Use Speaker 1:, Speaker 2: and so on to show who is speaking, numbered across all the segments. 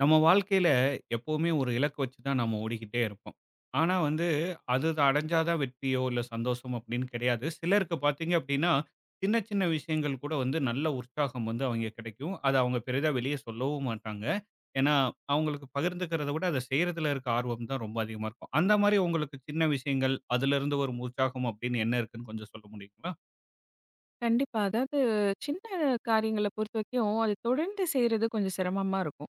Speaker 1: நம்ம வாழ்க்கையில எப்பவுமே ஒரு இலக்கு வச்சு தான் நம்ம ஓடிக்கிட்டே இருப்போம். ஆனா வந்து, அது அடைஞ்சா தான் வெற்றியோ, இல்ல சந்தோஷம் அப்படின்னு கிடையாது. சிலருக்கு பார்த்தீங்க அப்படின்னா, சின்ன சின்ன விஷயங்கள் கூட வந்து நல்ல உற்சாகம் வந்து அவைங்க கிடைக்கும். அத அவங்க பெரிதா வெளிய சொல்லவும் மாட்டாங்க. ஏன்னா, அவங்களுக்கு பகிர்ந்துக்கிறத விட அத செய்றதுல இருக்க ஆர்வம் தான் ரொம்ப அதிகமா இருக்கும். அந்த மாரி உங்களுக்கு சின்ன விஷயங்கள், அதிலிருந்து வரும் உற்சாகம் அப்படின்னு என்ன இருக்குன்னு கொஞ்சம் சொல்ல முடியுங்களா?
Speaker 2: கண்டிப்பா. அதாவது சின்ன காரியங்கள பொறுத்தவரைக்கும், அது தொடர்ந்து செய்றது கொஞ்சம் சிரமமா இருக்கும்.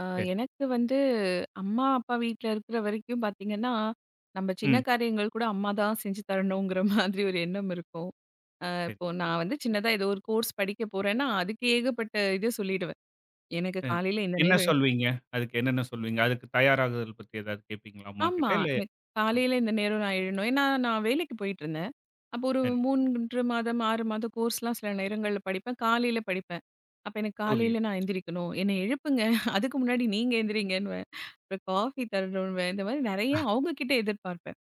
Speaker 2: அ
Speaker 1: சரி.
Speaker 2: எனக்கு வந்து அம்மா, அப்பா வீட்ல இருக்கிற வரைக்கும் பார்த்தீங்கன்னா, நம்ம சின்ன
Speaker 1: ம்.
Speaker 2: காரியங்கள் கூட அம்மா தான் செஞ்சு தரணுங்கிற மாதிரி ஒரு எண்ணம் இருக்கும்.
Speaker 1: சரி.
Speaker 2: இப்போ நான் வந்து சின்னதா ஏதோ ஒரு கோர்ஸ் படிக்க போறேன்னா, அதுக்கு ஏகப்பட்ட இது சொல்லிடுவேன். எனக்கு
Speaker 1: அ.
Speaker 2: காலையில இந்த
Speaker 1: என்ன
Speaker 2: நேரம்
Speaker 1: சொல்வீங்க? அதுக்கு என்னென்ன சொல்வீங்க? அதுக்கு தயாராகுதல் பத்தி ஏதாவது கேட்பீங்களா அம்மாகிட்ட?
Speaker 2: ஆமா.
Speaker 1: இல்ல
Speaker 2: எனக்கு காலையில இந்த நேரம் நான் எழணும். ஏன்னா நான் வேலைக்கு போயிட்டுருந்தேன். அப்போ ஒரு
Speaker 1: சரி.
Speaker 2: 3 மாதம், 6 மாத கோர்ஸ்லாம் சில நேரங்கள்ல படிப்பேன். காலையில படிப்பேன். அப்ப எனக்கு காலையில
Speaker 1: புரியுது,
Speaker 2: நான் எந்திரிக்கணும். என்னை எழுப்புங்க. அதுக்கு முன்னாடி நீங்க எந்திரிங்கன்னுவேன். அப்புறம் காஃபி தரணுன்வேன். இந்த மாதிரி நெறைய அவங்க கிட்ட எதிர்பார்ப்பேன்.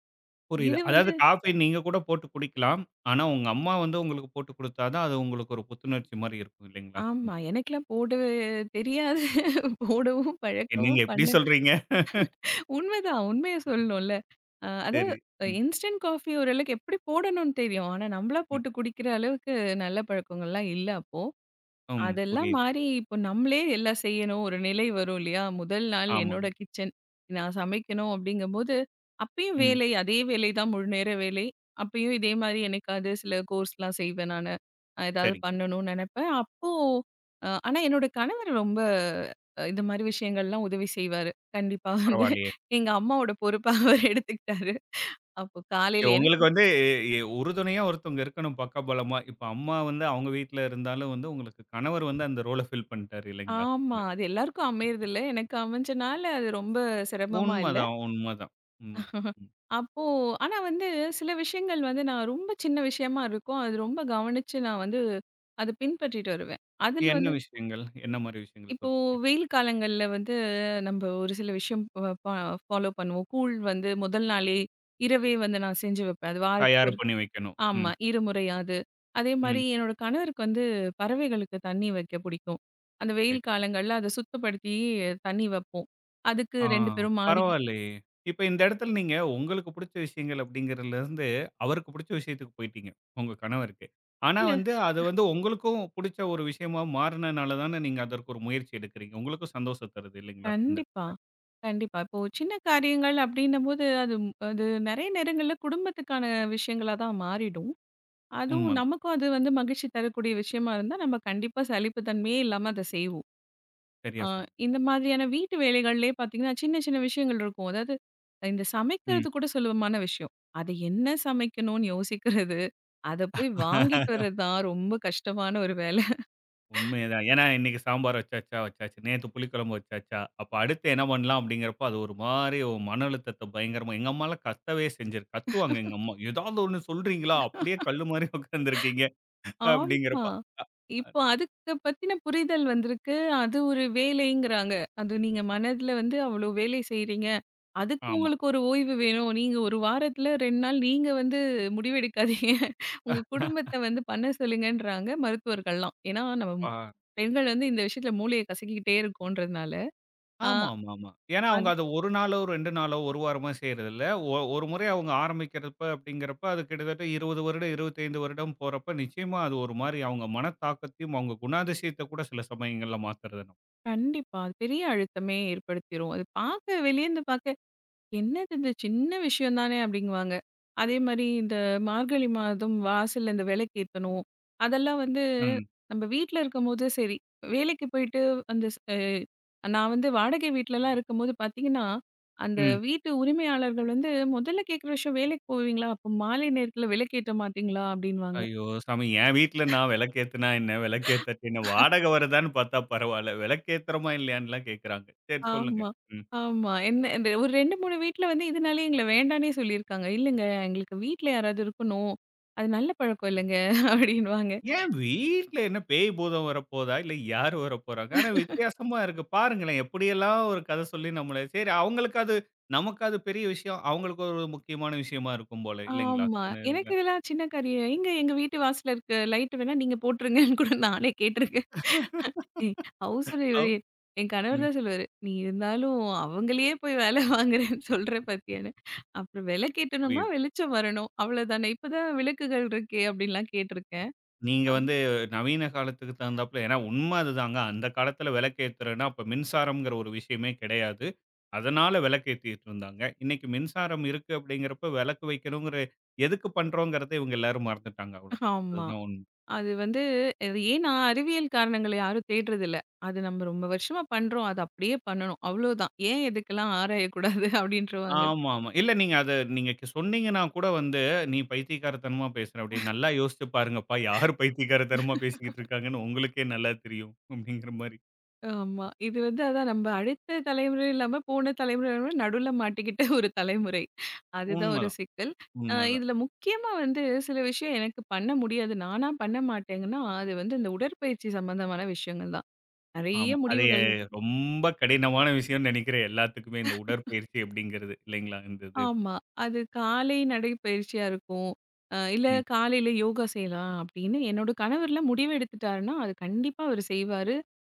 Speaker 1: புரியுது.
Speaker 2: இது
Speaker 1: அதாவது
Speaker 2: வந்து
Speaker 1: காஃபி நீங்க கூட போட்டு குடிக்கலாம். ஆனா, உங்க அம்மா வந்து உங்களுக்கு போட்டு குடுத்தா தான், அது உங்களுக்கு ஒரு புத்துணர்ச்சி மாரி இருக்கும் இல்லைங்களா?
Speaker 2: ஆமா.
Speaker 1: ம்.
Speaker 2: எனக்கெல்லாம் போடவே தெரியாது. போடவும்,
Speaker 1: நீங்க
Speaker 2: பழக்கவும்
Speaker 1: எப்படி
Speaker 2: பண்ண
Speaker 1: சொல்றீங்க?
Speaker 2: உண்மைதான். உண்மைய சொல்லணும்ல. அதாவது
Speaker 1: சரி. ம்.
Speaker 2: இன்ஸ்டன்ட் காஃபி ஓரளவுக்கு எப்படி போடணும்னு தெரியும். ஆனா, நம்மளா
Speaker 1: ம்.
Speaker 2: போட்டு குடிக்கிற அளவுக்கு நல்ல பழக்கங்கள்லாம் இல்ல அப்போ.
Speaker 1: ம்.
Speaker 2: அதெல்லாம்
Speaker 1: புரியுது.
Speaker 2: மாறி, இப்போ நம்மளே எல்லாம் செய்யணும். ஒரு நிலை வரும் இல்லையா? முதல் நாள்
Speaker 1: ஆமாங்க.
Speaker 2: என்னோட கிச்சன். நான் சமைக்கணும் அப்படிங்கும்போது, அப்பயும்
Speaker 1: ம்.
Speaker 2: வேலை அதே வேலை தான் முழு நேர வேலை. அப்பயும் இதே மாரி என்னைக்காவது சில கோர்ஸ்லாம் செய்வேன் நானு. ஏதாவது
Speaker 1: சரிங்க.
Speaker 2: பண்ணணும்னு நெனைப்பேன். அப்போ ஆனா என்னோட கணவர் ரொம்ப இந்த மாரி விஷயங்கள்லாம் உதவி செய்வாரு. கண்டிப்பா வந்து
Speaker 1: பரவாயில்லையே.
Speaker 2: எங்க அம்மாவோட பொறுப்ப அவர் எடுத்துக்கிட்டாரு. அப்போ
Speaker 1: ஏ,
Speaker 2: காலையில எனக்கு
Speaker 1: உங்களுக்கு வந்து உறுதுணையா ஒருத்தவங்க இருக்கணும் பக்கபலமா. இப்ப அம்மா வந்து அவங்க வீட்ல இருந்தாலும் வந்து, உங்களுக்கு கணவர் வந்து அந்த ரோல ஃபில் பண்ணிட்டாரு இல்லைங்களா?
Speaker 2: ஆமா. அது எல்லாருக்கும் அமையறதில்ல. எனக்கு அமைஞ்சனால அது ரொம்ப சிரமமா இல்ல.
Speaker 1: உண்மதான், உண்மதான், உண்மதான். ம்.
Speaker 2: அப்போ ஆனா வந்து சில விஷயங்கள் வந்து நான் ரொம்ப சின்ன விஷயமா இருக்கும். அது ரொம்ப கவனிச்சு நான் வந்து அத பின்பற்றிட்டு வருவேன். அதுல
Speaker 1: என்ன
Speaker 2: வந்து
Speaker 1: விஷயங்கள்? என்ன மாரி விஷயங்கள்
Speaker 2: இப்போ
Speaker 1: சொல்றீங்க?
Speaker 2: வெயில் காலங்கள்ல வந்து நம்ப ஒரு சில விஷயம் ப ப ஃபாலோ பண்ணுவோம். கூழ் வந்து முதல் நாளே இரவே வந்து நான் செஞ்சு வைப்பேன். அது வாரத்துக்கு
Speaker 1: தயார்
Speaker 2: ஒரு
Speaker 1: பண்ணி வைக்கணும். ம்.
Speaker 2: ஆமா, இருமுறையாவது.
Speaker 1: ம்.
Speaker 2: அதேமாரி என்னோட கணவருக்கு வந்து பறவைகளுக்கு தண்ணி வைக்க பிடிக்கும். அந்த
Speaker 1: சரி.
Speaker 2: வெயில் காலங்கள்ல அத சுத்தப்படுத்தி தண்ணி வைப்போம். அதுக்கு
Speaker 1: ஆ,
Speaker 2: 2 பேரும் மாடிக்கு
Speaker 1: பரவாயில்லையே! இப்ப இந்த இடத்துல நீங்க உங்களுக்கு புடிச்ச விஷயங்கள் அப்படிங்கிறதுலருந்து, அவருக்கு புடிச்ச விஷயத்துக்கு போயிட்டீங்க. உங்க கணவருக்கு. ஆனா
Speaker 2: இல்ல.
Speaker 1: வந்து, அது வந்து உங்களுக்கும் புடிச்ச ஒரு விஷயமா மாறுனனால தானே நீங்க அதற்கு ஒரு முயற்சி எடுக்கிறீங்க. உங்களுக்கும் சந்தோஷம் தருது இல்லைங்களா? அந்த
Speaker 2: கண்டிப்பா. கண்டிப்பா. இப்போ சின்ன காரியங்கள் அப்படின்னம்போது, அது அது நெறைய நேரங்கள்ல குடும்பத்துக்கான விஷயங்களா தான் மாறிடும். அதுவும்
Speaker 1: உண்மதான்.
Speaker 2: நமக்கும் அது வந்து மகிழ்ச்சி தரக்கூடிய விஷயமா இருந்தா, நம்ம கண்டிப்பா சலிப்பு தன்மையே இல்லாம அத செய்வோம்.
Speaker 1: சரியா
Speaker 2: அ
Speaker 1: சொன்னீங்க.
Speaker 2: இந்த மாதிரியான வீட்டு வேலைகள்லயே பார்த்தீங்கன்னா, சின்ன சின்ன விஷயங்கள் இருக்கும். அதாவது இந்த
Speaker 1: ம்.
Speaker 2: சமைக்கிறது கூட சுலபமான விஷயம். அது என்ன சமைக்கணும்னு யோசிக்கிறது, அத போய் வாங்கிட்டு வர்றது தான் ரொம்ப கஷ்டமான ஒரு வேலை.
Speaker 1: உண்மைதான். ஏன்னா இன்னைக்கு சாம்பார் வச்சாச்சா, வச்சாச்சு. நேத்து புளிக்குழம்பு வச்சாச்சா, அப்ப அடுத்து என்ன பண்ணலாம் அப்படிங்கிறப்போ, அது ஒரு மாரி மன அழுத்தத்த பயங்கரமா எங்க அம்மாலாம் கத்தவே செஞ்சிரு கத்துவாங்க எங்க அம்மா. "ஏதாவது ஒண்ணு சொல்றீங்களா? அப்படியே கல்லு மாரி உட்கார்ந்துருக்கீங்க."
Speaker 2: ஆமா.
Speaker 1: அப்படிங்கிறப்ப
Speaker 2: இப்போ அதுக்கு பத்தின புரிதல் வந்திருக்கு. அது ஒரு வேலைங்கிறாங்க. அது நீங்க மனதுல வந்து அவ்ளோ வேலை செய்றீங்க. அதுக்கு
Speaker 1: ஆமா.
Speaker 2: உங்களுக்கு ஒரு ஓய்வு வேணும். நீங்க 1 வாரத்துல 2 நாள் நீங்க வந்து முடிவெடுக்காதீங்க. உங்க குடும்பத்த வந்து பண்ண சொல்லுங்கன்றாங்க மருத்துவர்கள்லாம். ஏன்னா, நம்ம
Speaker 1: ஆ
Speaker 2: பெண்கள் வந்து இந்த விஷயத்துல மூளைய கசக்கிக்கிட்டே இருக்கோன்றதுனால. ஆ
Speaker 1: ஆமாமாமா. ஏன்னா அவங்க
Speaker 2: அது
Speaker 1: அத 1 நாளோ, 2 நாளோ, 1 வாரமோ செய்றதில்ல. ஒரு முறை அவங்க ஆரம்பிக்கிறப்ப அப்படிங்கிறப்ப, அது கிட்டத்தட்ட 20 வருடம், 25 வருடம் போறப்ப, நிச்சயமா அது ஒரு மாரி அவங்க மனத்தாக்கத்தையும், அவங்க குணாதிசயத்த கூட சில சமயங்கள்ல மாத்துறது நம்ம.
Speaker 2: கண்டிப்பா. அது பெரிய அழுத்தமே ஏற்படுத்திரும். அது பார்க்க வெளியேருந்து பார்க்க என்னது இது சின்ன விஷயம் தானே அப்படிங்குவாங்க. அதே மாரி இந்த மார்கழி மாதம் வாசல்ல இந்த விளக்கேத்தணும். அதெல்லாம் வந்து
Speaker 1: ம்,
Speaker 2: நம்ம வீட்ல இருக்கும்போது சரி, வேலைக்கு போயிட்டு அந்த ஸ் அ நான் வந்து வாடகை வீட்லலாம் இருக்கும்போது பார்த்தீங்கன்னா, அந்த
Speaker 1: ம்.
Speaker 2: வீட்டு உரிமையாளர்கள் வந்து முதல்ல கேட்குற விஷயம் "வேலைக்கு போவீங்களா? அப்போ மாலை நேரத்தில விளக்கேத்த மாட்டீங்களா?" அப்படின்னுவாங்க.
Speaker 1: ஐயோ! சாமி என் வீட்ல நான் விளக்கேத்துனா என்ன? விளக்கேத்தாட்டி என்ன? வாடகை வருதான்னு பார்த்தா பரவால்ல. விளக்கேத்துறோமா? இல்லையான்னுலாம் கேட்கறாங்க. சரி சொல்லுங்க.
Speaker 2: ஆமா,
Speaker 1: ம்.
Speaker 2: ஆமா. என்ன இந்த ஒரு 2, 3 வீட்ல வந்து இதனாலேயே எங்கள வேண்டான்னே சொல்லியிருக்காங்க. "இல்லைங்க எங்களுக்கு வீட்ல யாராவது இருக்கணும். அது நல்ல பழக்கம் இல்லைங்க" அப்படின்னுவாங்க.
Speaker 1: ஏன் வீட்ல என்ன பேய் பூதம் வரப்போதா? இல்ல யாரு வரப்போறாங்க? ஆனா வித்தியாசமா இருக்கு. பாருங்களேன், எப்படியெல்லாம் ஒரு கதை சொல்லி நம்மள சரி அவங்களுக்கு அது நமக்கு அது பெரிய விஷயம். அவங்களுக்கு ஒரு முக்கியமான விஷயமா இருக்கும் போல இல்லைங்களா?
Speaker 2: ஆமா.
Speaker 1: இந்த இதுல.
Speaker 2: எனக்கு இதெல்லாம் சின்ன காரியம். எங்க எங்க வீட்டு வாசல்ல இருக்க லைட் வேணா நீங்க போட்டுருங்கன்னு கூட நானே கேட்டுருக்கேன். ஏய் ஹவுஸ் ஓனரு
Speaker 1: அவ்
Speaker 2: என் கணவர்
Speaker 1: ம்.
Speaker 2: தான் சொல்லுவாரு. "நீ இருந்தாலும் அவங்களயே போய் வேலை வாங்குறேன்னு சொல்ற பாத்தியான்னு." அப்புறம் விலை கேட்டோம்னா
Speaker 1: புரியுது.
Speaker 2: வெளிச்சம் வரணும். அவ்வளோதானே. இப்பதான் விளக்குகள் இருக்கே அப்படின்லாம் கேட்டுருக்கேன்.
Speaker 1: நீங்க
Speaker 2: அ
Speaker 1: வந்து நவீன காலத்துக்கு தகுந்தாப்புல ஏன்னா உண்ம அதுதாங்க. அந்த காலத்துல விளக்கேத்துறன்னா, அப்ப மின்சாரம்ங்கிற ஒரு விஷயமே கிடையாது. அதனால விளக்கேத்திட்டு இருந்தாங்க. இன்னைக்கு மின்சாரம் இருக்கு அப்படிங்கிறப்ப விளக்கு வைக்கணுங்கிற எதுக்கு பண்றோங்கிறத இவங்க எல்லாரும் மறந்துட்டாங்க. அவ்வளவுதான்.
Speaker 2: ஆமா.
Speaker 1: அதுதான் உண்மை.
Speaker 2: அது வந்து அது ஏன் நான் அறிவியல் காரணங்கள யாரும் தேடுறதில்ல. அது நம்ம ரொம்ப வருஷமா பண்றோம். அது அப்படியே பண்ணணும். அவ்வளோதான். ஏன் எதுக்கெல்லாம் ஆராயக்கூடாது அப்படின்றவாங்க.
Speaker 1: ஆமா, ஆமா. இல்ல நீங்க அத நீங்க சொன்னீங்கன்னா கூட வந்து, "நீ பைத்தியக்காரத்தனமா பேசுற" அப்படின்னு. "நல்லா யோசிச்சு பாருங்கப்பா, யாரு பைத்தியக்காரத்தனமா பேசிக்கிட்டு இருக்காங்கன்னு உங்களுக்கே நல்லா தெரியும்." அப்படிங்கிற மாரி.
Speaker 2: ஆமா. இது வந்து அதான் நம்ம அடுத்த தலைமுறை இல்லாம, போன தலைமுறை நடுவுல மாட்டிக்கிட்ட ஒரு தலைமுறை. அதுதான் ஒரு
Speaker 1: உண்மதான்,
Speaker 2: சிக்கல்.
Speaker 1: உண்மதான்.
Speaker 2: இதுல முக்கியமா வந்து சில விஷயம் எனக்கு பண்ண முடியாது. நானா பண்ண மாட்டேங்கன்னா, அது வந்து இந்த உடற்பயிற்சி சம்மந்தமான விஷயங்கள் தான். நெறைய
Speaker 1: ஆமா. அது
Speaker 2: முடிவுகள்
Speaker 1: ரொம்ப கடினமான விஷயம்னு நெனைக்கிறேன் எல்லாத்துக்குமே இந்த உடற்பயிற்சி அப்படிங்கிறது. இல்லைங்களா? இந்த இது.
Speaker 2: ஆமா. அது காலை நடைப்பயிற்சியா இருக்கும். இல்ல
Speaker 1: ம்.
Speaker 2: காலையில யோகா செய்யலாம் அப்படின்னு என்னோட கணவர்லாம் முடிவு எடுத்துட்டாருன்னா, அது கண்டிப்பா அவரு செய்வாரு.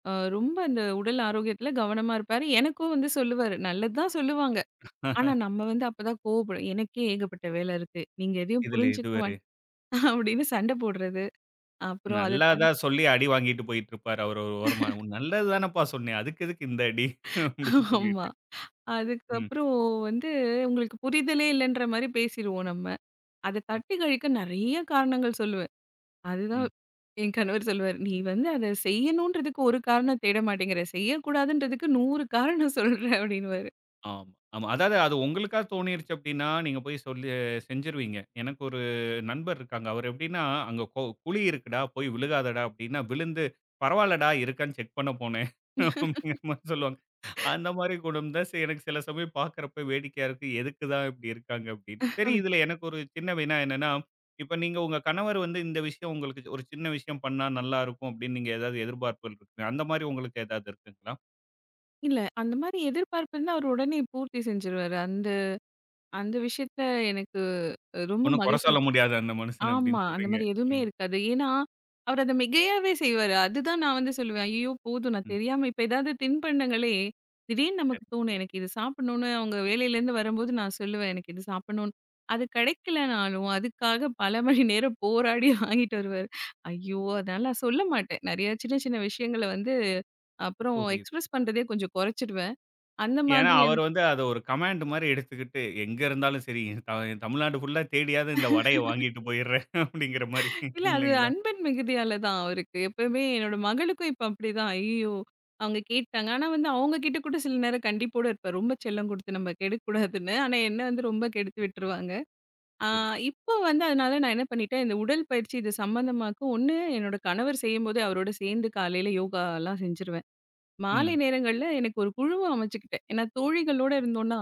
Speaker 2: அ ரொம்ப அந்த உடல் ஆரோக்கியத்துல கவனமா இருப்பாரு. எனக்கும் வந்து சொல்லுவாரு. நல்லது தான் சொல்லுவாங்க. ஆனா, நம்ம வந்து அப்பதான் கோவப்படுவோம். "எனக்கே ஏகப்பட்ட வேலை இருக்கு. நீங்க எதையும்
Speaker 1: இதுல இது
Speaker 2: புரிஞ்சுக்க
Speaker 1: வேற.
Speaker 2: மாட்" அப்படின்னு சண்டை போடுறது. அப்புறம் அத
Speaker 1: நல்லா
Speaker 2: தன்
Speaker 1: தான் சொல்லி அடி வாங்கிட்டு போயிட்டு இருப்பாரு அவரு ஒரு ஓரமா. "நல்லது தானப்பா சொன்னேன். அதுக்கு எதுக்கு இந்த அடி?" அப்படின்னு
Speaker 2: ஆமா.
Speaker 1: சொல்லிட்டு. ம்.
Speaker 2: அதுக்கப்புறம் வந்து உங்களுக்கு புரிதலே இல்லன்ற மாரி பேசிருவோம் நம்ம. அத தட்டி கழிக்க நெறைய காரணங்கள் சொல்லுவேன். அதுதான்
Speaker 1: ம்.
Speaker 2: என் கணவர் சொல்லுவாரு, "நீ வந்து அத செய்யணுன்றதுக்கு ஒரு காரணம் தேட மாட்டேங்கிற. செய்யக்கூடாதுன்றதுக்கு 100 காரணம் சொல்ற" அப்படின்னுவாரு.
Speaker 1: ஆமா, ஆமா. அதாவது அது உங்களுக்கா தோணிருச்சு அப்டின்னா, நீங்க போய் சொல்லி செஞ்சுருவீங்க. எனக்கு ஒரு நண்பர் இருக்காங்க. அவரு எப்டின்னா, "அங்க குழி இருக்குடா, போய் விழுகாதடா" அப்டின்னா, விழுந்து "பரவால்லடா, இருக்கான்னு செக் பண்ண போனேன்" அப்டிங்கிற மாரி சொல்லுவாங்க. அந்த மாரி குணம் தான் சரி எனக்கு சில சமயம் பார்க்குறப்ப வேடிக்கையா இருக்கு. எதுக்கு தான் இப்டி இருக்காங்க அப்டின்னு.
Speaker 2: ஐ
Speaker 1: சரி இதுல எனக்கு ஒரு சின்ன வினா என்னன்னா, இப்ப நீங்க உங்க கணவர் வந்து இந்த விஷயம் உங்களுக்கு ஒரு சின்ன விஷயம் பண்ணா நல்லாருக்கும் அப்டின்னு நீங்க ஏதாவது எதிர்பார்ப்புகள் இருக்கு. அந்த மாரி உங்களுக்கு ஏதாவது இருக்குங்களா?
Speaker 2: இல்ல, அந்த மாரி எதிர்பார்ப்பு இருந்தா அவர் உடனே பூர்த்தி செஞ்சுருவாரு. அந்த அந்த விஷயத்துல எனக்கு ரொம்ப
Speaker 1: ஒண்ணும் கொற
Speaker 2: மகிழ்ச்சி
Speaker 1: சொல்ல முடியாது அந்த மனுஷன
Speaker 2: ஆமா.
Speaker 1: அப்டின்னு
Speaker 2: அந்த
Speaker 1: சொல்றீங்க.
Speaker 2: மாரி எதுவுமே இருக்காது. ஏன்னா, அவர் அத மிகையாவே செய்வாரு. அதுதான் நான் வந்து சொல்லுவேன். ஐயயோ! போதும் நான்
Speaker 1: ம்.
Speaker 2: தெரியாம இப்ப ஏதாவது தின்பண்டங்களே திடீர்னு நமக்கு
Speaker 1: சரி.
Speaker 2: தோணும். எனக்கு இது சாப்பிடணும்னு அவங்க வேலையிலேருந்து வரும்போது நான் சொல்லுவேன். எனக்கு இது சாப்பிடணும்னு. அது கிடைக்கலனாலும், அதுக்காக பல மணி நேரம் போராடி வாங்கிட்டு வருவாரு. ஐயோ! அதனால நான் சொல்ல மாட்டேன். நெறைய சின்ன சின்ன விஷயங்கள வந்து அப்புறம்
Speaker 1: புரியுது.
Speaker 2: எக்ஸ்பிரஸ் பண்றதே கொஞ்சம் குறைச்சிடுவேன். அந்த
Speaker 1: ஏன்னா,
Speaker 2: மாதிரி
Speaker 1: அவர் வந்து அத ஒரு கமாண்ட் மாரி எடுத்துக்கிட்டு, எங்க இருந்தாலும் சரி, த தமிழ்நாடு ஃபுல்லா தேடியாவது இந்த வடைய வாங்கிட்டு போயிடுறேன் அப்படிங்கிற மாரி
Speaker 2: இல்ல அது
Speaker 1: இல்லைங்களா?
Speaker 2: அன்பின் மிகுதியால தான் அவருக்கு. எப்பவுமே என்னோட மகளுக்கும் இப்ப அப்படிதான். ஐயய்யோ! அவங்க கேட்டாங்க. ஆனா வந்து அவங்க கிட்ட கூட சில நேரம் கண்டிப்போட இருப்பேன். ரொம்ப செல்லம் குடுத்து நம்ம கெடுக்கக்கூடாதுன்னு. ஆனா என்ன வந்து ரொம்ப கெடுத்து விட்டுருவாங்க. ஆ
Speaker 1: புரியுது.
Speaker 2: இப்போ வந்து அதனால நான் என்ன பண்ணிட்டேன், இந்த உடல் பயிற்சி இது சம்மந்தமாக்க ஒண்ணு என்னோட கணவர் செய்யும்போதே அவரோட சேர்ந்து காலையில யோகாலாம் செஞ்சுருவேன். மாலை
Speaker 1: ம்.
Speaker 2: நேரங்கள்ல எனக்கு ஒரு குழுவ அமைச்சுக்கிட்டேன். ஏன்னா தோழிகளோட இருந்தோம்னா,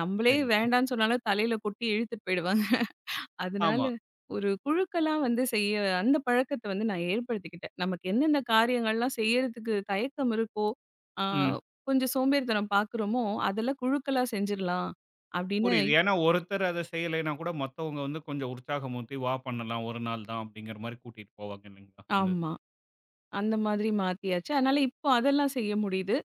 Speaker 2: நம்மளே
Speaker 1: சரிங்க.
Speaker 2: வேண்டான்னு சொன்னாலும் தலையில கொட்டி இழுத்துட்டு போயிடுவாங்க. அதனால
Speaker 1: ஆமா.
Speaker 2: ஒரு குழுக்களா வந்து செய்ய அந்த பழக்கத்த வந்து நான் ஏற்படுத்திக்கிட்டேன். நமக்கு என்னென்ன காரியங்கள்லாம் செய்யறதுக்கு தயக்கம் இருக்கோ, ஆ
Speaker 1: ம்.
Speaker 2: கொஞ்சம் சோம்பேறித்தனம் பார்க்குறோமோ, அதெல்லாம் குழுக்களா செஞ்சிரலாம் அப்படின்னு
Speaker 1: புரியுது. ஏன்னா, ஒருத்தர் அத செய்யலைன்னா கூட மத்தவங்க வந்து கொஞ்சம் உற்சாகம் ஊட்டி, "வா பண்ணலாம், ஒரு நாள் தான்" அப்படிங்கிற மாரி கூட்டிட்டு போவாங்க இல்லைங்களா? அந்த
Speaker 2: ஆமா. அந்த மாதிரி மாத்தியாச்சு. அதனால இப்போ அதெல்லாம் செய்ய முடியுது.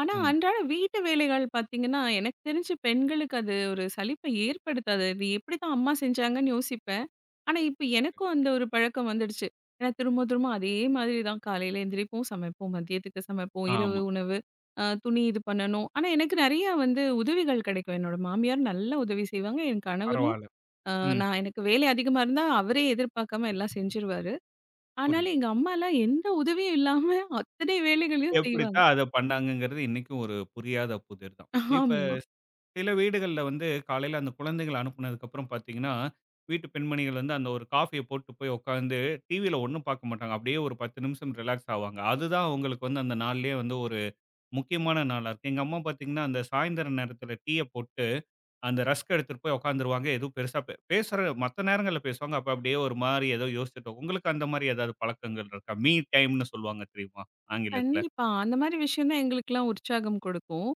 Speaker 2: ஆனா,
Speaker 1: உண்ம.
Speaker 2: அன்றாட வீட்டு வேலைகள் பார்த்தீங்கன்னா, எனக்கு தெரிஞ்சு பெண்களுக்கு அது ஒரு சலிப்ப ஏற்படுத்தாது. இது எப்படித்தான் அம்மா செஞ்சாங்கன்னு யோசிப்பேன். ஆனா, இப்ப எனக்கும் அந்த ஒரு பழக்கம் வந்துடுச்சு. ஏன்னா, திரும்ப திரும்ப அதே மாதிரி தான் காலையில எந்திரிப்போம், சமைப்போம், மதியத்துக்கு சமைப்போம், இரவு
Speaker 1: ஆமா.
Speaker 2: உணவு, துணி இது பண்ணணும். ஆனா, எனக்கு நிறைய வந்து உதவிகள் கிடைக்கும். என்னோட மாமியார் நல்லா உதவி செய்வாங்க. என் கணவரும்
Speaker 1: பரவால்ல.
Speaker 2: அ
Speaker 1: ம்.
Speaker 2: நான் எனக்கு வேலை அதிகமா இருந்தா அவரே எதிர்பார்க்காம எல்லாம் செஞ்சுருவாரு. ஆனாலும்
Speaker 1: புரியுது.
Speaker 2: எங்க அம்மாலாம் எந்த உதவியும் இல்லாம அத்தனை வேலைகளையும் செய்வாங்க.
Speaker 1: எப்படித்தான் அத பண்ணாங்கங்கிறது இன்னைக்கும் ஒரு புரியாத புதிர் தான். இப்ப
Speaker 2: ஆமா.
Speaker 1: சில வீடுகள்ல வந்து காலையில அந்த குழந்தைகள அனுப்புனதுக்கு அப்புறம் பார்த்தீங்கன்னா, வீட்டு பெண்மணிகள் வந்து அந்த ஒரு காஃபிய போட்டு போய் உட்காந்து டிவியில ஒண்ணும் பார்க்க மாட்டாங்க. அப்படியே ஒரு 10 நிமிஷம் ரிலாக்ஸ் ஆவாங்க. அதுதான் அவங்களுக்கு வந்து அந்த நாள்லயே வந்து ஒரு முக்கியமான நாளா இருக்கு. எங்க அம்மா பார்த்தீங்கன்னா, அந்த சாயந்தர நேரத்தில டீய போட்டு அந்த ரஸ்க் எடுத்துட்டு போய் உட்காந்துருவாங்க. எதுவும் பெருசா பேசுற மத்த நேரங்கள்ல பேசுவாங்க. அப்ப அப்படியே ஒரு மாரி ஏதோ யோசிச்சுட்டு உங்களுக்கு அந்த மாரி ஏதாவது பழக்கங்கள் இருக்கா? மீ டைம்ன்னு சொல்லுவாங்க தெரியுமா? ஆங்கிலத்தில.
Speaker 2: கண்டிப்பா. அந்த மாரி விஷயம் தான் எங்களுக்கெல்லாம் உற்சாகம் கொடுக்கும்.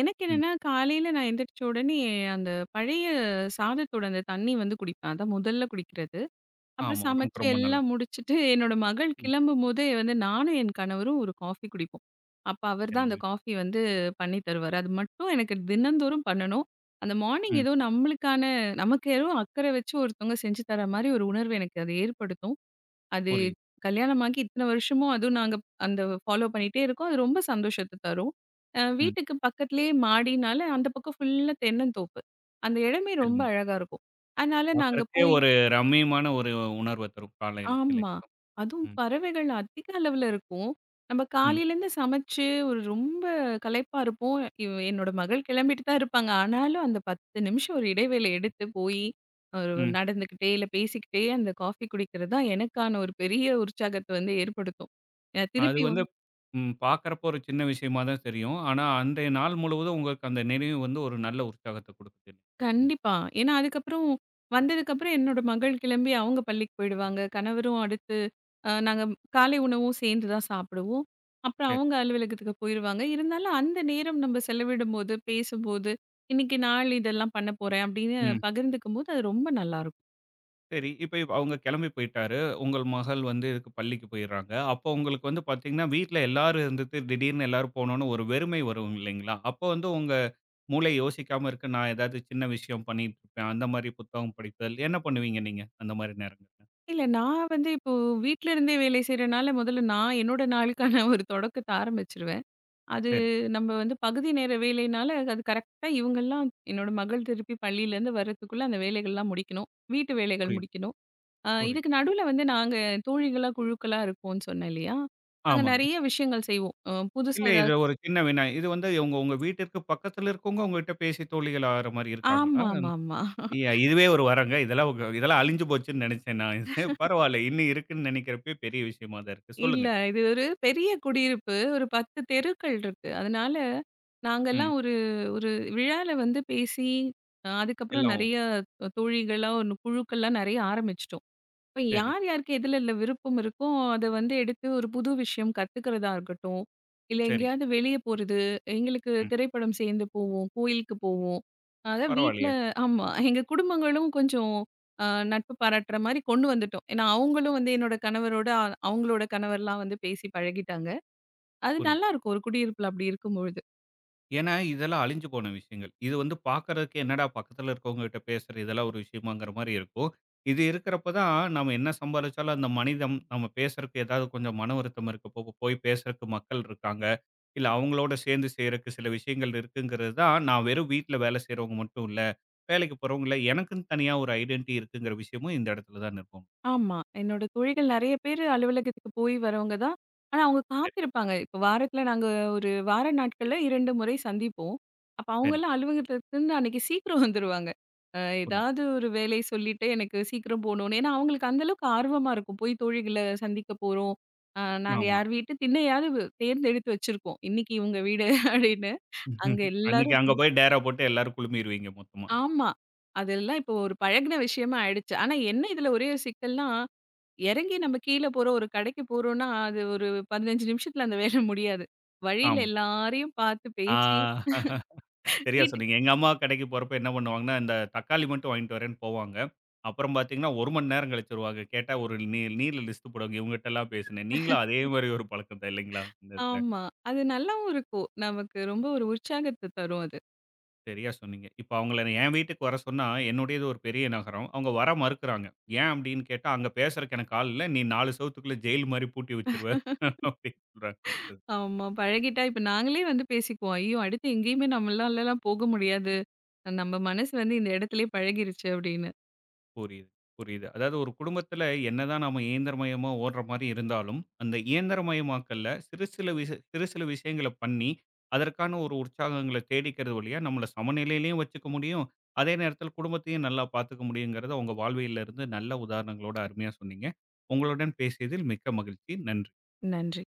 Speaker 2: எனக்கு என்னன்னா, காலையில நான் எந்திரிச்ச உடனே அந்த பழைய சாதத்தோட அந்த தண்ணி வந்து குடிப்பேன். அதான் முதல்ல குடிக்கிறது. அப்புறம்
Speaker 1: ஆமா. உடம்புக்கு
Speaker 2: சமைச்சு
Speaker 1: ரொம்ப
Speaker 2: எல்லாம்
Speaker 1: நல்லது.
Speaker 2: முடிச்சுட்டு என்னோட மகள்
Speaker 1: ம்.
Speaker 2: கிளம்பும்போதே வந்து நானும் என் கணவரும் ஒரு காஃபி குடிப்போம். அப்ப அவர் தான் அந்த
Speaker 1: சரிங்க.
Speaker 2: காஃபி வந்து பண்ணி தருவாரு. அது மட்டும் எனக்கு தினந்தோறும் பண்ணணும். அந்த மார்னிங்
Speaker 1: ம்.
Speaker 2: ஏதோ நம்மளுக்கான நமக்கு ஏதோ அக்கறை வச்சு ஒருத்தவங்க செஞ்சு தர மாரி ஒரு உணர்வு எனக்கு அது ஏற்படுத்தும். அது
Speaker 1: புரியுது.
Speaker 2: கல்யாணமாகி இத்தன வருஷமும் அதுவும் நாங்க அந்த ஃபாலோ பண்ணிட்டே இருக்கோம். அது ரொம்ப சந்தோஷத்த தரும்.
Speaker 1: ம்.
Speaker 2: வீட்டுக்கு பக்கத்திலேயே மாடினால அந்த பக்கம் ஃபுல்லா தென்னந்தோப்பு. அந்த இடமே ரொம்ப
Speaker 1: சரிங்க.
Speaker 2: அழகா இருக்கும். அதனால நாங்க
Speaker 1: பார்க்கறக்கே
Speaker 2: போய்
Speaker 1: ஒரு ரம்மியமான ஒரு உணர்வ தரும் காலையில
Speaker 2: ஆமா.
Speaker 1: இல்லைங்களா?
Speaker 2: அதுவும்
Speaker 1: ம்.
Speaker 2: பறவைகள் அதிக அளவுல இருக்கும். நம்ம
Speaker 1: ம்.
Speaker 2: காலையிலேருந்து சமைச்சு ஒரு ரொம்ப களைப்பா இருப்போம். இவ் என்னோட மகள் கிளம்பிட்டு தான் இருப்பாங்க. ஆனாலும் அந்த 10 நிமிஷம் ஒரு இடைவேளை எடுத்து போய், ஒரு
Speaker 1: ம்.
Speaker 2: நடந்துக்கிட்டே, இல்ல பேசிக்கிட்டே அந்த காஃபி குடிக்கிறது தான் எனக்கான ஒரு பெரிய உற்சாகத்த வந்து ஏற்படுத்தும். அ
Speaker 1: அது
Speaker 2: திருப்பி
Speaker 1: வந்து ம். பார்க்கறப்போ ஒரு சின்ன விஷயமா தான் தெரியும். ஆனா, அன்றைய நாள் முழுவதும் உங்களுக்கு அந்த நினைவு வந்து ஒரு நல்ல உற்சாகத்த குடுக்குது. ம்.
Speaker 2: கண்டிப்பா. ஏன்னா அதுக்கப்புறம் வந்ததுக்கப்புறம் என்னோட மகள் கிளம்பி அவங்க பள்ளிக்கு போயிடுவாங்க. கணவரும் அடுத்து நாங்க காலை உணவும் சேர்ந்து தான் சாப்பிடுவோம். அப்புறம்
Speaker 1: சரி.
Speaker 2: அவங்க அலுவலகத்துக்கு போயிருவாங்க. இருந்தாலும் அந்த நேரம் நம்ம செலவிடும்போது, பேசும்போது, "இன்னைக்கு நாள் இதெல்லாம் பண்ண போறேன்" அப்படின்னு
Speaker 1: ம்.
Speaker 2: பகிர்ந்துக்கும்போது அது ரொம்ப நல்லாயிருக்கும்.
Speaker 1: சரி. இப்ப அவங்க கிளம்பி போயிட்டாரு. உங்கள் மகள் வந்து இதுக்கு பள்ளிக்கு போயிர்றாங்க. அப்போ உங்களுக்கு வந்து பார்த்தீங்கன்னா, வீட்ல எல்லாரும் இருந்துட்டு திடீர்னு எல்லாரும் போனோனே ஒரு வெறுமை வரும் இல்லைங்களா? அப்போ வந்து உங்க மூளை யோசிக்காம இருக்கு. நான் ஏதாவது சின்ன விஷயம் பண்ணிட்டு இருப்பேன். அந்த மாரி புத்தகம் படித்தல். என்ன பண்ணுவீங்க நீங்க? அந்த மாரி நேரங்கள்ல?
Speaker 2: இல்ல நான் வந்து இப்போ வீட்ல இருந்தே வேலை செய்றனால முதல்ல நான் என்னோட நாளுக்கான ஒரு தொடக்கத்த ஆரம்பிச்சுருவேன். அது
Speaker 1: சரி.
Speaker 2: நம்ம வந்து பகுதி நேர வேலைனால, அது கரெக்ட்டா இவங்கலாம் என்னோட மகள் திருப்பி பள்ளியிலேருந்து வர்றதுக்குள்ள அந்த வேலைகள்லாம் முடிக்கணும். வீட்டு வேலைகள்
Speaker 1: புரியுது,
Speaker 2: முடிக்கணும்.
Speaker 1: புரியுது.
Speaker 2: இதுக்கு நடுவுல வந்து நாங்க தோழிகளா, குழுக்களா இருப்போம்ன்னு சொன்னேன் இல்லையா? நாங்க
Speaker 1: ஆமாங்க.
Speaker 2: நெறைய விஷயங்கள் செய்வோம். புதுசா
Speaker 1: இல்ல இது
Speaker 2: ஏதாவது
Speaker 1: ஒரு சின்ன வினா. இது வந்து உங்க உங்க வீட்டிற்கு பக்கத்துல இருக்கவங்க உங்ககிட்ட பேசி தோழிகள் ஆகுற மாரி இருக்காங்களா?
Speaker 2: ஆமாமாமா.
Speaker 1: இதுவே ஒரு வரங்க. இதெல்லாம் உங்க இதெல்லாம் அழிஞ்சு போச்சுன்னு நெனைச்சேன் நான். இது பரவால்ல. இன்னும் இருக்குன்னு நெனைக்கிறப்பயே பெரிய விஷயமா தான் இருக்கு.
Speaker 2: இல்ல
Speaker 1: சொல்லுங்க.
Speaker 2: இது ஒரு பெரிய குடியிருப்பு. ஒரு 10 தெருக்கள் இருக்கு. அதனால
Speaker 1: ம்.
Speaker 2: நாங்கலாம் ஒரு ஒரு விழால வந்து பேசி, அதுக்கப்புறம்
Speaker 1: எல்லாம்
Speaker 2: நெறைய தோழிகளா, ஒரு குழுக்கள்லாம் நெறைய ஆரம்பிச்சுட்டோம். இப்ப
Speaker 1: சரி,
Speaker 2: யார் யாருக்கு எதுல இல்ல விருப்பம் இருக்கோ, அத வந்து எடுத்து ஒரு புது விஷயம் கத்துக்கிறதா இருக்கட்டும், இல்ல
Speaker 1: சரிங்க.
Speaker 2: எங்கேயாவது வெளிய போறது, எங்களுக்கு
Speaker 1: ம்.
Speaker 2: திரைப்படம் சேர்ந்து போவோம், கோயிலுக்கு போவோம். அதான் வீட்ல
Speaker 1: பரவாயில்லையே!
Speaker 2: ஆமா. எங்க குடும்பங்களும் கொஞ்சம் அ நட்பு பாராட்டுற மாரி கொண்டு வந்துட்டோம். ஏன்னா, அவங்களும் வந்து என்னோட கணவரோட, அவங்களோட கணவர்லாம் வந்து பேசி பழகிட்டாங்க. அது
Speaker 1: புரியுது.
Speaker 2: நல்லாருக்கும் ஒரு குடியிருப்புல அப்படி இருக்கும்பொழுது.
Speaker 1: ஏன்னா, இதெல்லாம் அழிஞ்சு போன விஷயங்கள். இது வந்து பார்க்கறதுக்கு என்னடா பக்கத்துல இருக்கவங்ககிட்ட பேசுற இதெல்லாம் ஒரு விஷயமாங்கிற மாரி இருக்கும். இது இருக்கிறப்ப தான் நம்ம என்ன சம்பாரிச்சாலும் அந்த மனிதம், நம்ம பேசுறக்கு ஏதாவது கொஞ்சம் மன வருத்தம் இருக்கப்போ போய் பேசுறக்கு மக்கள் இருக்காங்க. இல்ல அவங்களோட சேர்ந்து செய்றக்கு சில விஷயங்கள் இருக்குங்கிறது தான் நான் வெறும் வீட்ல வேலை செய்றவங்க மட்டும் இல்ல, வேலைக்கு போறவங்க இல்ல, எனக்குன்னு தனியா ஒரு ஐடென்டிட்டி இருக்குங்கிற விஷயமும் இந்த இடத்துல தான் இருக்கும்.
Speaker 2: ஆமா. என்னோட தோழிகள் நெறைய பேரு அலுவலகத்துக்கு போய் வரவங்க தான். ஆனா அவங்க
Speaker 1: சரி,
Speaker 2: காத்திருப்பாங்க. இப்ப வாரத்துல நாங்க ஒரு வார நாட்கள்ல 2 முறை சந்திப்போம். அப்ப
Speaker 1: சரிங்க.
Speaker 2: அவங்கலாம் அலுவலகத்துலருந்து அன்னைக்கு சீக்கிரம் வந்துருவாங்க.
Speaker 1: புரியுது.
Speaker 2: ஏதாவது ஒரு வேலை சொல்லிட்டு எனக்கு சீக்கிரம் போணும்னு. ஏன்னா அவங்களுக்கு அந்த அளவுக்கு ஆர்வமா இருக்கும். போய் தோழிகள சந்திக்க போறோம். நாங்க
Speaker 1: ஆமா.
Speaker 2: யார் வீட்டு திண்ணையாவது தேர்ந்தெடுத்து வச்சிருக்கோம். இன்னைக்கு இவங்க வீடு அப்படின்னு. அங்க
Speaker 1: அன்னைக்கு
Speaker 2: எல்லாரும்
Speaker 1: அங்க போய் டேரா போட்டு எல்லாரும் குழுமிருவீங்க மொத்தமா.
Speaker 2: ஆமா. அதெல்லாம் இப்போ ஒரு பழகுன விஷயமா ஆயிடுச்சு. ஆனா என்ன இதுல ஒரே ஒரு சிக்கல்னா இறங்கி நம்ம கீழ போறோம். ஒரு கடைக்கு போறோம்னா, அது ஒரு 15 நிமிஷத்துல அந்த வேலை முடியாது. வழியில
Speaker 1: ஆமா.
Speaker 2: எல்லாரையும் பார்த்து பேசி
Speaker 1: ஆ. சரியா
Speaker 2: வீட்டுக்கு
Speaker 1: சொன்னீங்க. எங்க அம்மா கடைக்கு போறப்ப என்ன பண்ணுவாங்கன்னா, இந்த தக்காளி மட்டும் வாங்கிட்டு வரேன்னு போவாங்க. அப்புறம் பார்த்தீங்கன்னா, 1 மணி நேரம் கழிச்சு வருவாங்க. கேட்டா ஒரு நீல லிஸ்ட் போடுவாங்க. இவங்ககிட்டலாம் பேசினேன். நீங்களும் அதே மாரி ஒரு பழக்கம் தான் இல்லைங்களா? இந்த இதில.
Speaker 2: ஆமா. அது நல்லாவும் இருக்கும். நமக்கு ரொம்ப ஒரு உற்சாகத்த தரும் அது.
Speaker 1: சரியா சொன்னீங்க. இப்ப அவங்கள நான் என் வீட்டுக்கு வர சொன்னா, என்னுடையது ஒரு பெரிய நகரம். அவங்க வர மறுக்கிறாங்க. ஏன் அப்படின்னு கேட்டா, "அங்க பேசுறக்கு எனக்கு ஆள் இல்ல. நீ 4 செவுத்துக்குள்ள ஜெயில் மாரி பூட்டி வச்சுருவ" அப்படின்னு சொல்றாங்க.
Speaker 2: ஆமா. பழகிட்டா இப்ப நாங்களே வந்து பேசிக்குவோம். ஐயோ! அடுத்து எங்கேயுமே நம்மளாலலாம் போக முடியாது. நம்ம மனசு வந்து இந்த இடத்துலயே பழகிருச்சு அப்படின்னு.
Speaker 1: புரியுது, புரியுது. அதாவது ஒரு குடும்பத்துல என்னதான் நாம இயந்திரமயமா ஓடுற மாரி இருந்தாலும், அந்த இயந்திரமயமாக்கல்ல சிறு சில விஷயங்கள பண்ணி, அதற்கான ஒரு உற்சாகங்கள தேடிக்கிறது வழியா நம்மள சமநிலையிலயும் வச்சுக்க முடியும். அதே நேரத்துல குடும்பத்தையும் நல்லா பாத்துக்க முடியுங்கிறத உங்க வாழ்வியல்ல இருந்து நல்ல உதாரணங்களோட அருமையா சொன்னீங்க. உங்களுடன் பேசியதில் மிக்க மகிழ்ச்சி. நன்றி.
Speaker 2: நன்றி.